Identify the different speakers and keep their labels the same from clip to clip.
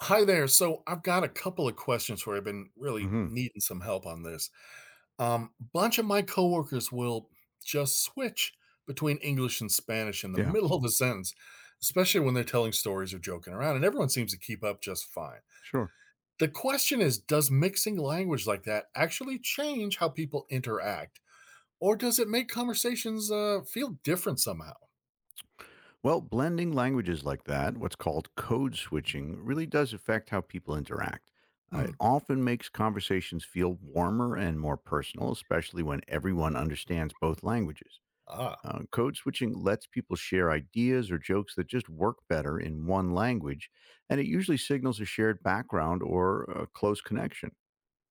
Speaker 1: Hi there. So I've got a couple of questions where I've been really
Speaker 2: Hmm.
Speaker 1: needing some help on this. Bunch of my coworkers will just switch between English and Spanish in the
Speaker 2: Yeah,
Speaker 1: middle of a sentence, especially when they're telling stories or joking around, and everyone seems to keep up just fine.
Speaker 2: sure.
Speaker 1: The question is, does mixing language like that actually change how people interact, or does it make conversations feel different somehow?
Speaker 2: Well, blending languages like that, what's called code switching, really does affect how people interact. Uh,
Speaker 1: Hmm.
Speaker 2: it often makes conversations feel warmer and more personal, especially when everyone understands both languages.
Speaker 1: Ah,
Speaker 2: Code switching lets people share ideas or jokes that just work better in one language, and it usually signals a shared background or a close connection.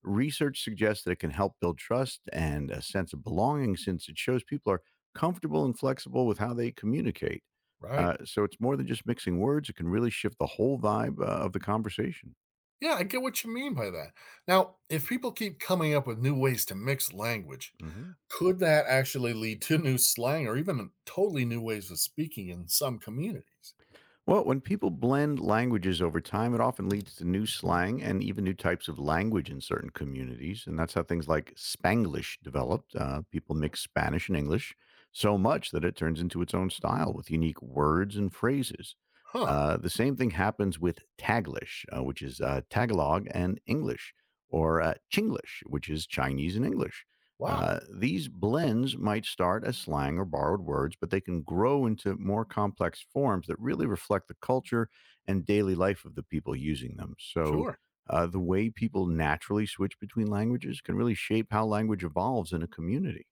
Speaker 2: Research suggests that it can help build trust and a sense of belonging since it shows people are comfortable and flexible with how they communicate.
Speaker 1: right.
Speaker 2: So it's more than just mixing words, it can really shift the whole vibe of the conversation.
Speaker 1: Yeah, I get what you mean by that. Now, if people keep coming up with new ways to mix language,
Speaker 2: Hmm.
Speaker 1: could that actually lead to new slang or even totally new ways of speaking in some communities?
Speaker 2: Well, when people blend languages over time, it often leads to new slang and even new types of language in certain communities. And that's how things like Spanglish developed. People mix Spanish and English so much that it turns into its own style with unique words and phrases.
Speaker 1: Huh.
Speaker 2: The same thing happens with Taglish, which is Tagalog and English, or Chinglish, which is Chinese and English.
Speaker 1: Wow.
Speaker 2: These blends might start as slang or borrowed words, but they can grow into more complex forms that really reflect the culture and daily life of the people using them. So,
Speaker 1: Sure.
Speaker 2: the way people naturally switch between languages can really shape how language evolves in a community.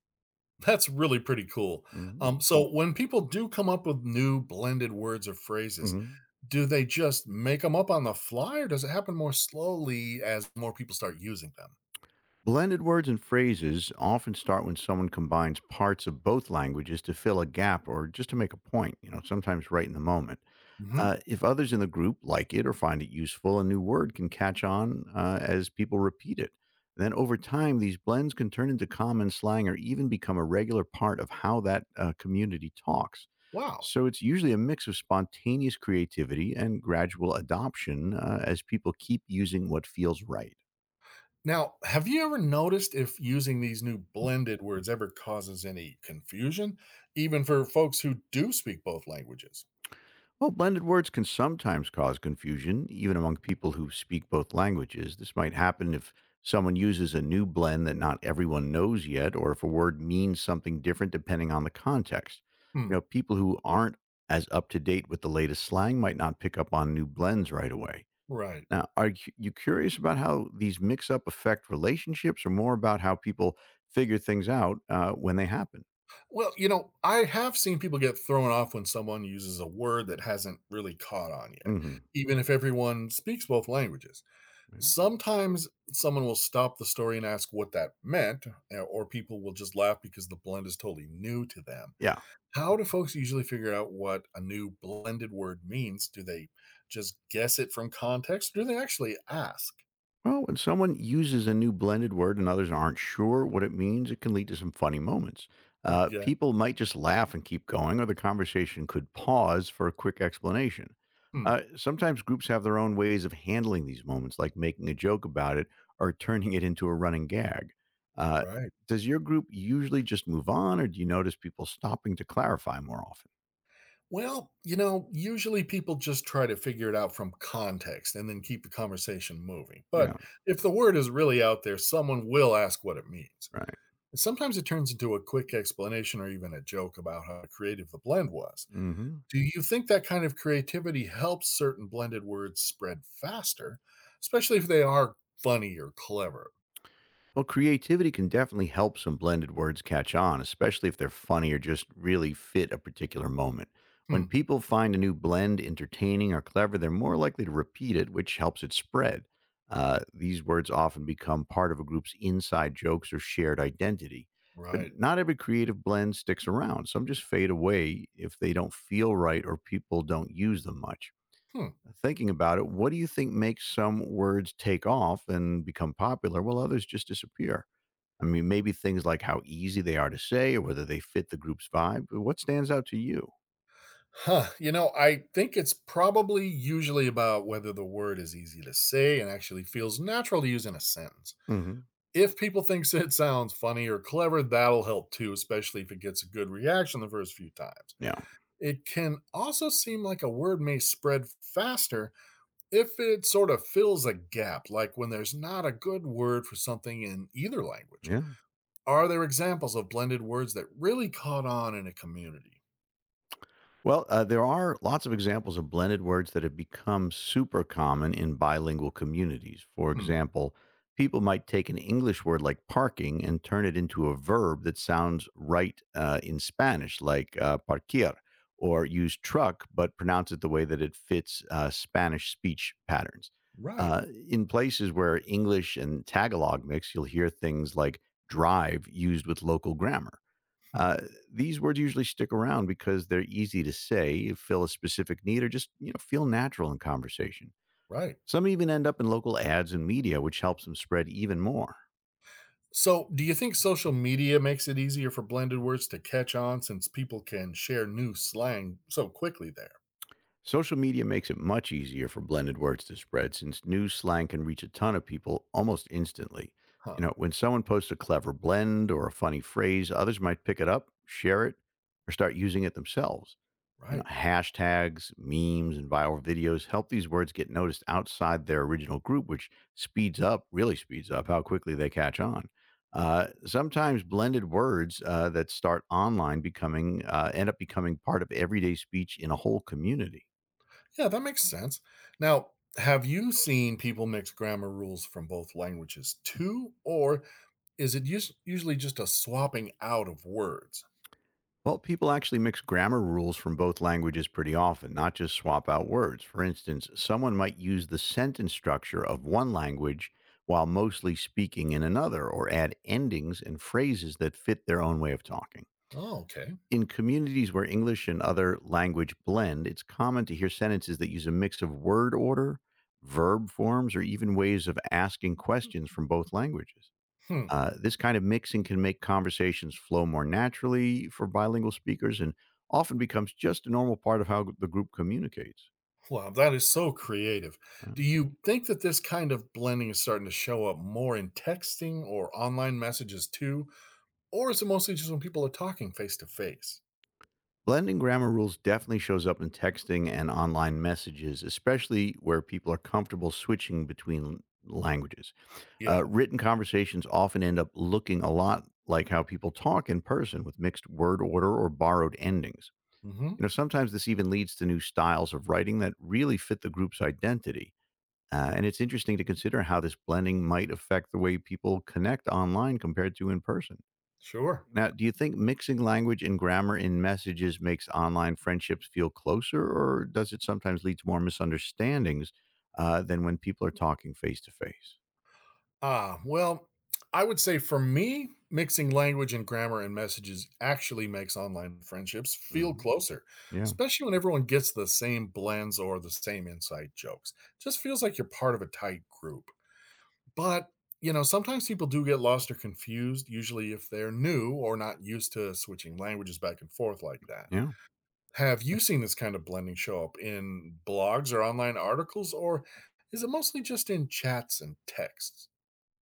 Speaker 1: That's really pretty cool.
Speaker 2: Mhm,
Speaker 1: So, when people do come up with new blended words or phrases,
Speaker 2: mhm.
Speaker 1: do they just make them up on the fly or does it happen more slowly as more people start using them?
Speaker 2: Blended words and phrases often start when someone combines parts of both languages to fill a gap or just to make a point, you know, sometimes right in the moment.
Speaker 1: Hmm.
Speaker 2: If others in the group like it or find it useful, a new word can catch on as people repeat it. Then over time, these blends can turn into common slang or even become a regular part of how that community talks.
Speaker 1: Wow.
Speaker 2: So it's usually a mix of spontaneous creativity and gradual adoption as people keep using what feels right.
Speaker 1: Now, have you ever noticed if using these new blended words ever causes any confusion, even for folks who do speak both languages?
Speaker 2: Well, blended words can sometimes cause confusion, even among people who speak both languages. This might happen if someone uses a new blend that not everyone knows yet, or if a word means something different depending on the context.
Speaker 1: Hmm,
Speaker 2: You know, people who aren't as up to date with the latest slang might not pick up on new blends right away.
Speaker 1: right.
Speaker 2: Now, are you curious about how these mix up affect relationships, or more about how people figure things out when they happen?
Speaker 1: Well, you know, I have seen people get thrown off when someone uses a word that hasn't really caught on yet,
Speaker 2: Hmm.
Speaker 1: even if everyone speaks both languages. Sometimes someone will stop the story and ask what that meant, eh, or people will just laugh because the blend is totally new to them.
Speaker 2: Yeah.
Speaker 1: How do folks usually figure out what a new blended word means? Do they just guess it from context? Do they actually ask?
Speaker 2: Well, when someone uses a new blended word and others aren't sure what it means, it can lead to some funny moments.
Speaker 1: Huh,
Speaker 2: Uh,
Speaker 1: yeah.
Speaker 2: people might just laugh and keep going, or the conversation could pause for a quick explanation.
Speaker 1: Hmm.
Speaker 2: Sometimes groups have their own ways of handling these moments, like making a joke about it or turning it into a running gag. Uh,
Speaker 1: Right.
Speaker 2: does your group usually just move on, or do you notice people stopping to clarify more often?
Speaker 1: Well, you know, usually people just try to figure it out from context and then keep the conversation moving. But
Speaker 2: Yeah,
Speaker 1: if the word is really out there, someone will ask what it means.
Speaker 2: right.
Speaker 1: And sometimes it turns into a quick explanation or even a joke about how creative the blend was.
Speaker 2: Hmm.
Speaker 1: Do you think that kind of creativity helps certain blended words spread faster, especially if they are funny or clever?
Speaker 2: Well, creativity can definitely help some blended words catch on, especially if they're funny or just really fit a particular moment. When
Speaker 1: Hmm.
Speaker 2: people find a new blend entertaining or clever, they're more likely to repeat it, which helps it spread. These words often become part of a group's inside jokes or shared identity. But
Speaker 1: Right.
Speaker 2: not every creative blend sticks around. Some just fade away if they don't feel right or people don't use them much.
Speaker 1: Hmm.
Speaker 2: Thinking about it, what do you think makes some words take off and become popular while others just disappear? I mean, maybe things like how easy they are to say or whether they fit the group's vibe. What stands out to you?
Speaker 1: Huh. You know, I think it's probably usually about whether the word is easy to say and actually feels natural to use in a sentence.
Speaker 2: Hmm.
Speaker 1: If people think it sounds funny or clever, that'll help too, especially if it gets a good reaction the first few times.
Speaker 2: Yeah.
Speaker 1: It can also seem like a word may spread faster if it sort of fills a gap, like when there's not a good word for something in either language,
Speaker 2: Yeah.
Speaker 1: are there examples of blended words that really caught on in a community?
Speaker 2: Well, there are lots of examples of blended words that have become super common in bilingual communities. For
Speaker 1: Hmm,
Speaker 2: example, people might take an English word like parking and turn it into a verb that sounds right in Spanish, like parquear, or use truck but pronounce it the way that it fits Spanish speech patterns.
Speaker 1: right.
Speaker 2: Uh, in places where English and Tagalog mix, you'll hear things like drive used with local grammar.
Speaker 1: Hmm,
Speaker 2: Uh, these words usually stick around because they're easy to say, fill a specific need, or just you know feel natural in conversation.
Speaker 1: right.
Speaker 2: Some even end up in local ads and media, which helps them spread even more.
Speaker 1: So, do you think social media makes it easier for blended words to catch on since people can share new slang so quickly there?
Speaker 2: Social media makes it much easier for blended words to spread since new slang can reach a ton of people almost instantly.
Speaker 1: Huh,
Speaker 2: You know, when someone posts a clever blend or a funny phrase, others might pick it up, share it, or start using it themselves. You know,
Speaker 1: right.
Speaker 2: hashtags, memes, and viral videos help these words get noticed outside their original group, which speeds up, really speeds up how quickly they catch on. Sometimes blended words that start online becoming end up becoming part of everyday speech in a whole community.
Speaker 1: Yeah, that makes sense. Now, have you seen people mix grammar rules from both languages too, or is it usually just a swapping out of words?
Speaker 2: Well, people actually mix grammar rules from both languages pretty often, not just swap out words. For instance, someone might use the sentence structure of one language while mostly speaking in another, or add endings and phrases that fit their own way of talking.
Speaker 1: Oh, okay.
Speaker 2: In communities where English and other language blend, it's common to hear sentences that use a mix of word order, verb forms, or even ways of asking questions from both languages.
Speaker 1: Hmm.
Speaker 2: This kind of mixing can make conversations flow more naturally for bilingual speakers and often becomes just a normal part of how the group communicates.
Speaker 1: Wow, that is so creative. Do
Speaker 2: Wow.
Speaker 1: you think that this kind of blending is starting to show up more in texting or online messages too, or is it mostly just when people are talking face to face?
Speaker 2: Blending grammar rules definitely shows up in texting and online messages, especially where people are comfortable switching between languages.
Speaker 1: Yeah.
Speaker 2: Written conversations often end up looking a lot like how people talk in person with mixed word order or borrowed endings.
Speaker 1: Hmm.
Speaker 2: You know, sometimes this even leads to new styles of writing that really fit the group's identity. And it's interesting to consider how this blending might affect the way people connect online compared to in person.
Speaker 1: Sure.
Speaker 2: Now, do you think mixing language and grammar in messages makes online friendships feel closer, or does it sometimes lead to more misunderstandings than when people are talking face to face?
Speaker 1: Ah, well, I would say for me, mixing language and grammar and messages actually makes online friendships feel
Speaker 2: Mhm.
Speaker 1: closer,
Speaker 2: Yeah,
Speaker 1: especially when everyone gets the same blends or the same inside jokes. Just feels like you're part of a tight group. But, you know, sometimes people do get lost or confused, usually if they're new or not used to switching languages back and forth like that.
Speaker 2: yeah.
Speaker 1: Have you seen this kind of blending show up in blogs or online articles, or is it mostly just in chats and texts?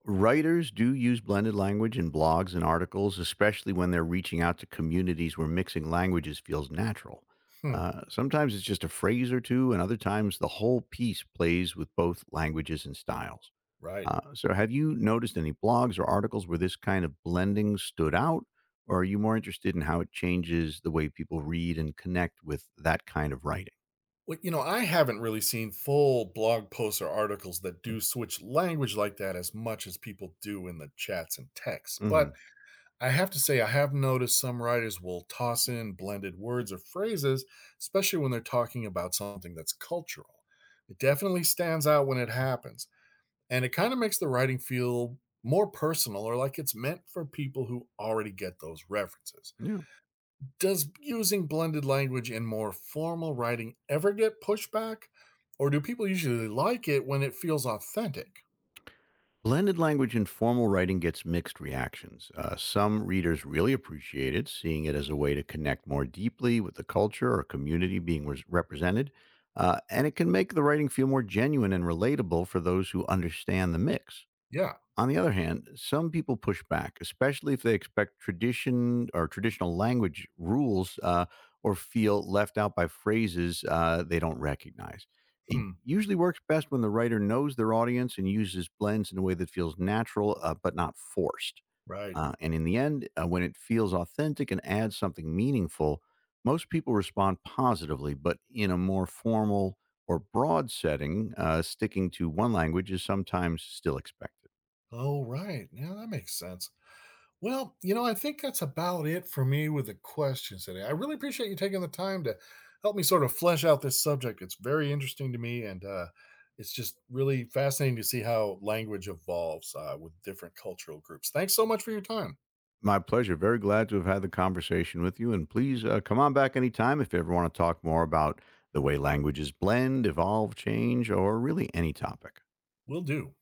Speaker 2: Writers do use blended language in blogs and articles, especially when they're reaching out to communities where mixing languages feels natural.
Speaker 1: Hmm,
Speaker 2: Sometimes it's just a phrase or two, and other times the whole piece plays with both languages and styles.
Speaker 1: right.
Speaker 2: So, have you noticed any blogs or articles where this kind of blending stood out, or are you more interested in how it changes the way people read and connect with that kind of writing?
Speaker 1: Well, you know, I haven't really seen full blog posts or articles that do switch language like that as much as people do in the chats and texts. But
Speaker 2: Hmm.
Speaker 1: I have to say, I have noticed some writers will toss in blended words or phrases, especially when they're talking about something that's cultural. It definitely stands out when it happens. And it kind of makes the writing feel more personal or like it's meant for people who already get those references
Speaker 2: Yeah.
Speaker 1: does using blended language in more formal writing ever get pushback, or do people usually like it when it feels authentic?
Speaker 2: Blended language in formal writing gets mixed reactions. Some readers really appreciate it, seeing it as a way to connect more deeply with the culture or community being represented. And it can make the writing feel more genuine and relatable for those who understand the mix.
Speaker 1: Yeah.
Speaker 2: On the other hand, some people push back, especially if they expect tradition or traditional language rules or feel left out by phrases they don't recognize. It
Speaker 1: Hmm.
Speaker 2: usually works best when the writer knows their audience and uses blends in a way that feels natural but not forced.
Speaker 1: Right.
Speaker 2: And in the end, when it feels authentic and adds something meaningful, most people respond positively, but in a more formal or broad setting, sticking to one language is sometimes still expected.
Speaker 1: Oh, right. Yeah, that makes sense. Well, you know, I think that's about it for me with the questions today. I really appreciate you taking the time to help me sort of flesh out this subject. It's very interesting to me, and it's just really fascinating to see how language evolves with different cultural groups. Thanks so much for your time.
Speaker 2: My pleasure. Very glad to have had the conversation with you. And please come on back anytime if you ever want to talk more about the way languages blend, evolve, change, or really any topic.
Speaker 1: Will do.